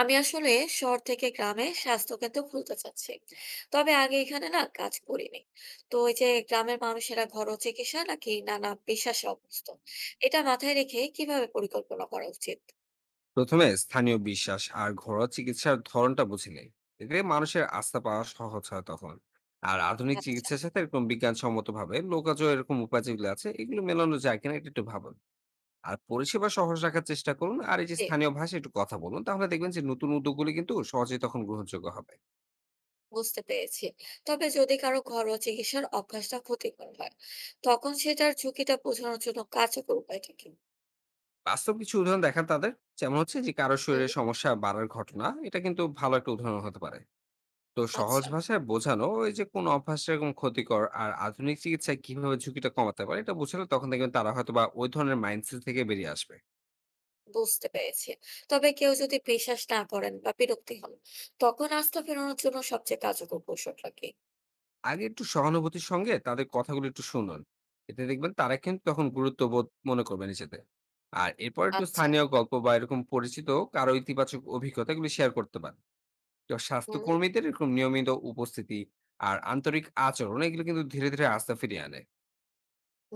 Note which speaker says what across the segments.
Speaker 1: আমি আসলে শহর থেকে গ্রামে স্বাস্থ্যকেন্দ্র খুলতে চাচ্ছি। তবে আগে এখানে না কাজ করিনি। তো ওই যে গ্রামের মানুষেরা ঘরোয়া চিকিৎসা নাকি নানা পেশায় অভ্যস্ত, এটা মাথায় রেখে কিভাবে পরিকল্পনা করা উচিত?
Speaker 2: প্রথমে স্থানীয় বিশ্বাস আর ঘরোয়া চিকিৎসার ধরনটা বুঝে নেই। এতে মানুষের আস্থা পাওয়া সহজ হয় তখন। আর আধুনিক
Speaker 1: আচ্ছা।
Speaker 2: চিকিৎসার সাথে এরকম বিজ্ঞানসম্মত ভাবে লোকাজয় এরকম উপায় যেগুলো আছে এগুলো মেলানো যায় কিনা এটা একটু ভাবুন। আর পরিষেবা সহজ রাখার চেষ্টা করুন, আর এই যে
Speaker 1: জি,
Speaker 2: স্থানীয় ভাষায় একটু কথা বলুন, তাহলে দেখবেন যে নতুন উদ্যোগগুলি কিন্তু সহজেই তখন গ্রহণযোগ্য হবে।
Speaker 1: বুঝতে পেরেছি। তবে যদি কারো ঘরোয়া চিকিৎসার অভ্যাসটা ক্ষতিকর হয়, তখন সেটার ঝুঁকিটা বোঝানোর জন্য কার্যকর উপায়টা কি?
Speaker 2: বাস্তব কিছু উদাহরণ দেখান তাদের। যেমন হচ্ছে যে কারো
Speaker 1: হুম।
Speaker 2: শরীরে সমস্যা বাড়ার ঘটনা, এটা কিন্তু ভালো একটা উদাহরণ হতে পারে। তো সহজ
Speaker 1: আচ্ছা,
Speaker 2: ভাষায় বোঝানো ওই যে কোন অভ্যাস এরকম ক্ষতিকর আর আধুনিক চিকিৎসায় কিভাবে ঝুঁকিটা কমাতে পারে, এটা বোঝালে তখন দেখবেন তারা হয়তো বা ওই ধরনের মাইন্ডসেট থেকে বেরিয়ে আসবে।
Speaker 1: বুঝতে পেরেছি। তবে কেউ যদি বিশ্বাস না করেন বা বিরক্তি হন, তখন আস্থা ফেরানোর জন্য সবচেয়ে কার্যকর কৌশলটা কি?
Speaker 2: আগে একটু সহানুভূতির সঙ্গে তাদের কথাগুলো একটু শুনুন। এতে দেখবেন তারা কিন্তু তখন গুরুত্ব বোধ মনে করবে নিজেদের। আর এরপর একটু
Speaker 1: আচ্ছা।
Speaker 2: স্থানীয় গল্প বা এরকম পরিচিত কারো ইতিবাচক অভিজ্ঞতাগুলো শেয়ার করতে পারেন। তো
Speaker 1: হুম।
Speaker 2: স্বাস্থ্যকর্মীদের এরকম নিয়মিত উপস্থিতি আর আন্তরিক আচরণ, এগুলো কিন্তু ধীরে ধীরে আস্থা ফিরিয়ে আনে।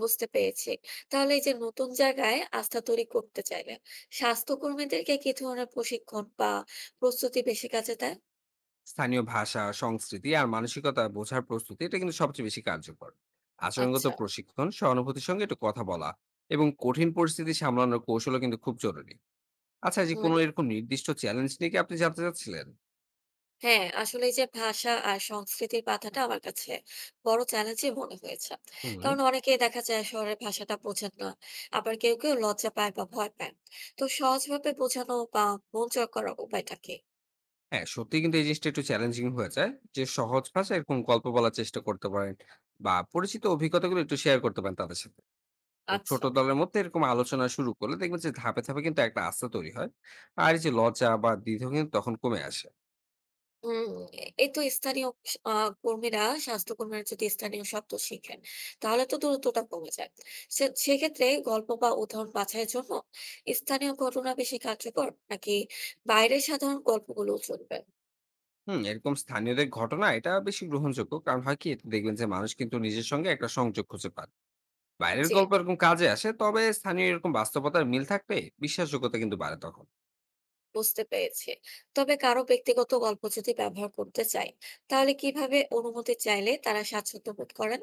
Speaker 1: বুঝতে পেরেছি। তাহলে এই যে নতুন জায়গায় আস্থা তৈরি করতে চাইলে স্বাস্থ্যকর্মীদেরকে কি ধরনের প্রশিক্ষণ বা প্রস্তুতি বেশি কাজে দেয়?
Speaker 2: স্থানীয় ভাষা সংস্কৃতি আর মানসিকতা বোঝার প্রস্তুতি, এটা কিন্তু সবচেয়ে বেশি কার্যকর। আচরণগত
Speaker 1: আচ্ছা।
Speaker 2: প্রশিক্ষণ, সহানুভূতির সঙ্গে একটু কথা বলা, এবং কঠিন পরিস্থিতি সামলানোর কৌশলও কিন্তু খুব জরুরি। আচ্ছা, এই যে
Speaker 1: হুম।
Speaker 2: কোনো এরকম নির্দিষ্ট চ্যালেঞ্জ নিয়ে কি আপনি জানতে চাচ্ছিলেন?
Speaker 1: হ্যাঁ, আসলে এই যে ভাষা আর সংস্কৃতির বাধাটা আমার কাছে বড় চ্যালেঞ্জই মনে হয়েছে।
Speaker 2: হুম।
Speaker 1: কারণ অনেকেই দেখা যায় শহরের ভাষাটা বোঝেন না। আবার কেউ লজ্জা পায় বা ভয় পায়। তো সহজভাবে বোঝানো বা মন জয় করার উপায়টা কি?
Speaker 2: হ্যাঁ সত্যি, কিন্তু এই জিনিসটা একটু চ্যালেঞ্জিং হয়ে যায় যে সহজ ভাষায় এরকম গল্প বলার চেষ্টা করতে পারেন, বা পরিচিত অভিজ্ঞতাগুলো একটু শেয়ার করতে পারেন তাদের সাথে। তো ছোট
Speaker 1: আচ্ছা।
Speaker 2: দলের মধ্যে এরকম আলোচনা শুরু করলে দেখবেন যে ধাপে ধাপে কিন্তু একটা আস্থা তৈরি হয়। আর এই যে লজ্জা বা দ্বিধা কিন্তু তখন কমে আসে।
Speaker 1: হুম, এই তো স্থানীয় স আ কর্মীরা, স্বাস্থ্যকর্মীরা যদি স্থানীয় শব্দ শিখেন, তাহলে তো দূরত্বটা কমে যায়। সেক্ষেত্রে গল্প বা উদাহরণ বাছাইয়ের জন্য স্থানীয় ঘটনা বেশি কার্যকর নাকি বাইরের সাধারণ গল্পগুলোও চলবে?
Speaker 2: হুম, এরকম স্থানীয়দের ঘটনা এটা বেশি গ্রহণযোগ্য, কারণ হয় কি এতে দেখবেন যে মানুষ কিন্তু নিজের সঙ্গে একটা সংযোগ খুঁজে পান। বাইরের
Speaker 1: জি,
Speaker 2: গল্প এরকম কাজে আসে, তবে স্থানীয় এরকম বাস্তবতার মিল থাকলে বিশ্বাসযোগ্যতা কিন্তু বাড়ে তখন।
Speaker 1: বুঝতে পেরেছি। তবে কারো ব্যক্তিগত গল্প যদি ব্যবহার করতে চাই, তাহলে কিভাবে অনুমতি চাইলে তারা স্বাচ্ছন্দ্য বোধ করেন?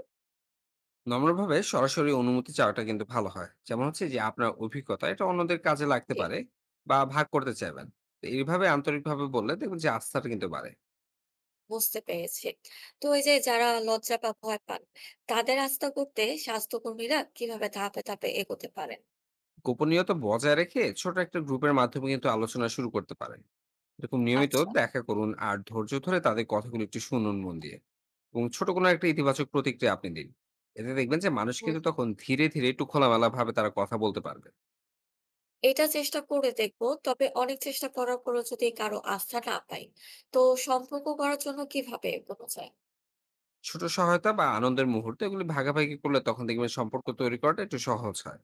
Speaker 2: নম্রভাবে সরাসরি অনুমতি চাওয়াটা কিন্তু ভালো হয়। যেমন হচ্ছে যে আপনার অভিজ্ঞতা এটা অন্যদের কাজে লাগতে
Speaker 1: জি।
Speaker 2: পারে বা ভাগ করতে চাইবেন। তো এইভাবে আন্তরিকভাবে বললে দেখবেন যে আস্থাটা কিন্তু বাড়ে।
Speaker 1: বুঝতে পেরেছি। তো এই যে যারা লজ্জা বা ভয় পান, তাদের আস্থা করতে স্বাস্থ্যকর্মীরা কিভাবে ধাপে ধাপে এগোতে পারেন?
Speaker 2: গোপনীয়তা বজায় রেখে ছোট একটা গ্রুপের মাধ্যমে কিন্তু আলোচনা শুরু করতে পারে। এরকম নিয়মিত
Speaker 1: আচ্ছা।
Speaker 2: দেখা করুন আর ধৈর্য ধরে তাদের কথাগুলো একটু শুনুন মন দিয়ে, এবং ছোট কোনো একটা ইতিবাচক প্রতিক্রিয়া আপনি দিন। এতে দেখবেন যে মানুষ
Speaker 1: হুম।
Speaker 2: কিন্তু তখন ধীরে ধীরে একটু খোলামেলা ভাবে তারা কথা বলতে পারবে।
Speaker 1: এটা চেষ্টা করে দেখবো, তবে অনেক চেষ্টা করার পরও যদি কারো আস্থা না পাই, তো সম্পর্ক করার জন্য কিভাবে এগোনো যায়?
Speaker 2: ছোট সহায়তা বা আনন্দের মুহূর্ত, এগুলি ভাগাভাগি করলে তখন দেখবেন সম্পর্ক তৈরি করাটা একটু সহজ হয়।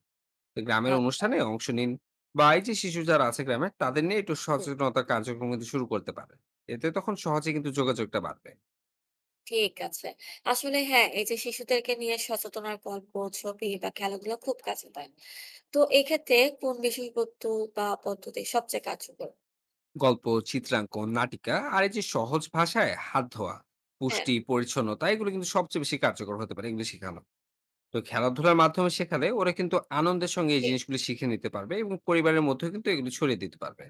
Speaker 2: তো গ্রামের
Speaker 1: আচ্ছা।
Speaker 2: অনুষ্ঠানে অংশ নিন, বা এই যে শিশু যারা আছে গ্রামে তাদের নিয়ে একটু
Speaker 1: হুম।
Speaker 2: সচেতনতা কার্যক্রম কিন্তু শুরু করতে পারে। এতে তখন সহজে কিন্তু যোগাযোগটা বাড়বে।
Speaker 1: ঠিক আছে। আসলে হ্যাঁ, এই যে শিশুদেরকে নিয়ে সচেতনার গল্প, ছবি বা খেলাধুলা খুব কাছে দেয়। তো এক্ষেত্রে কোন বিষয়বস্তু বা পদ্ধতি সবচেয়ে কার্যকর?
Speaker 2: গল্প, চিত্রাঙ্কন, নাটিকা, আর এই যে সহজ ভাষায় হাত ধোয়া,
Speaker 1: হ্যাঁ।
Speaker 2: পুষ্টি, পরিচ্ছন্নতা, এগুলো কিন্তু সবচেয়ে বেশি কার্যকর হতে পারে এগুলো শেখানো। তো খেলাধুলার মাধ্যমে শেখালে ওরা কিন্তু আনন্দের সঙ্গে এই
Speaker 1: জি,
Speaker 2: জিনিসগুলো শিখে নিতে পারবে, এবং পরিবারের মধ্যে কিন্তু এগুলো ছড়িয়ে দিতে পারবে।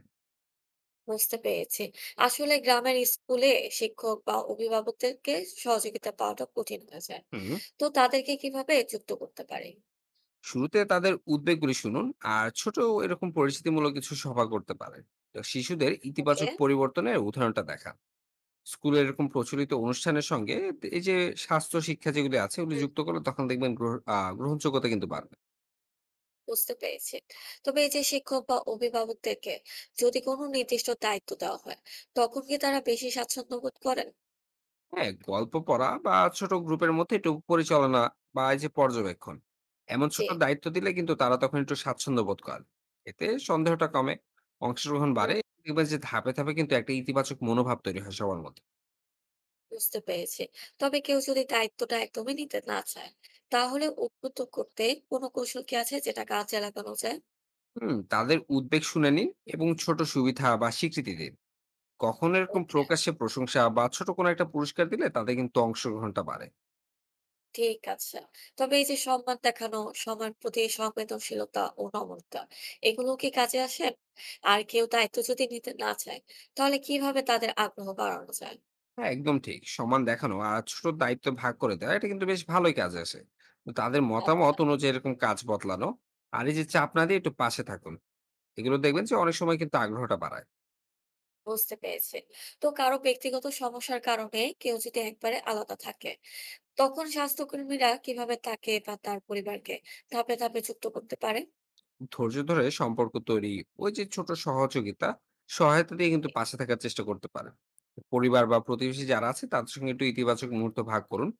Speaker 1: বুঝতে পেরেছি। আসলে গ্রামের স্কুলে শিক্ষক বা অভিভাবকদেরকে সহযোগিতা পাওয়াটা কঠিন হয়ে যায়।
Speaker 2: হুম।
Speaker 1: তো তাদেরকে কিভাবে যুক্ত করতে পারি?
Speaker 2: শুরুতে তাদের উদ্বেগগুলি শুনুন, আর ছোট এরকম পরিচিতিমূলক কিছু সভা করতে পারে। তো শিশুদের
Speaker 1: ওকে।
Speaker 2: ইতিবাচক পরিবর্তনের উদাহরণটা দেখা, স্কুলে এরকম প্রচলিত অনুষ্ঠানের সঙ্গে এই যে স্বাস্থ্য শিক্ষা যেগুলি আছে ওগুলি
Speaker 1: হুম,
Speaker 2: যুক্ত করলে তখন দেখবেন গ্রহণযোগ্যতা কিন্তু বাড়বে।
Speaker 1: বুঝতে পেরেছি। তবে এই যে শিক্ষক বা অভিভাবকদেরকে যদি কোনো নির্দিষ্ট দায়িত্ব দেওয়া হয়, তখন কি তারা বেশি স্বাচ্ছন্দ্য বোধ করেন?
Speaker 2: হ্যাঁ, গল্প পড়া বা ছোট গ্রুপের মধ্যে একটু পরিচালনা, বা এই যে পর্যবেক্ষণ, এমন
Speaker 1: যে
Speaker 2: ছোট দায়িত্ব দিলে কিন্তু তারা তখন একটু স্বাচ্ছন্দ্য বোধ করে। এতে সন্দেহটা কমে, অংশগ্রহণ
Speaker 1: হুম,
Speaker 2: বাড়ে। দেখবেন যে ধাপে ধাপে কিন্তু একটা ইতিবাচক মনোভাব তৈরি হয় সবার মধ্যে।
Speaker 1: বুঝতে পেরেছি। তবে কেউ যদি দায়িত্বটা একদমই নিতে না চায়, তাহলে উদ্বুদ্ধ করতে কোনো কৌশল কি আছে যেটা কাজে লাগানো যায়?
Speaker 2: হুম, তাদের উদ্বেগ শুনে নিন, এবং ছোট সুবিধা বা স্বীকৃতি দিন। কখনো এরকম
Speaker 1: ওকে,
Speaker 2: প্রকাশ্যে প্রশংসা বা ছোট কোনো একটা পুরস্কার দিলে তাদের কিন্তু অংশগ্রহণটা বাড়ে।
Speaker 1: ঠিক আছে। তবে এই যে সম্মান দেখানো, সবার প্রতি সংবেদনশীলতা ও নম্রতা, এগুলো কি কাজে আসে? আর কেউ দায়িত্ব যদি নিতে না চায়, তাহলে কিভাবে তাদের আগ্রহ বাড়ানো যায়?
Speaker 2: হ্যাঁ একদম ঠিক। সমান দেখানো আর ছোট দায়িত্ব ভাগ করে দেওয়া এটা কিন্তু বেশ ভালোই কাজে আসে। তো তাদের মতামত
Speaker 1: আচ্ছা,
Speaker 2: অনুযায়ী এরকম কাজ বদলানো, আর এই যে চাপ না দিয়ে একটু পাশে থাকুন। এগুলো দেখবেন যে অনেক সময় কিন্তু আগ্রহটা বাড়ায়।
Speaker 1: বুঝতে পেরেছি। তো কারো ব্যক্তিগত সমস্যার কারণে কেউ যদি একবারে আলাদা থাকে, তখন স্বাস্থ্যকর্মীরা কিভাবে তাকে বা তার পরিবারকে ধাপে ধাপে যুক্ত করতে পারে?
Speaker 2: ধৈর্য ধরে সম্পর্ক তৈরি, ওই যে ছোট সহযোগিতা, সহায়তা দিয়ে কিন্তু পাশে থাকার চেষ্টা করতে পারেন। পরিবার বা প্রতিবেশী যারা আছে তাদের সঙ্গে একটু ইতিবাচক মুহূর্ত ভাগ করুন।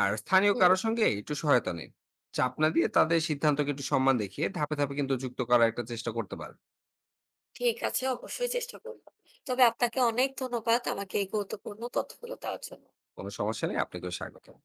Speaker 2: আর স্থানীয়
Speaker 1: হুম,
Speaker 2: কারো সঙ্গে একটু সহায়তা নিন। চাপ না দিয়ে তাদের সিদ্ধান্তকে একটু সম্মান দেখিয়ে ধাপে, ধাপে কিন্তু যুক্ত করার একটা চেষ্টা করতে পারেন।
Speaker 1: ঠিক আছে, অবশ্যই চেষ্টা করব। তবে আপনাকে অনেক ধন্যবাদ আমাকে এই গুরুত্বপূর্ণ তথ্যগুলো দেওয়ার জন্য।
Speaker 2: কোনো সমস্যা নেই। আপনাকেও স্বাগতম।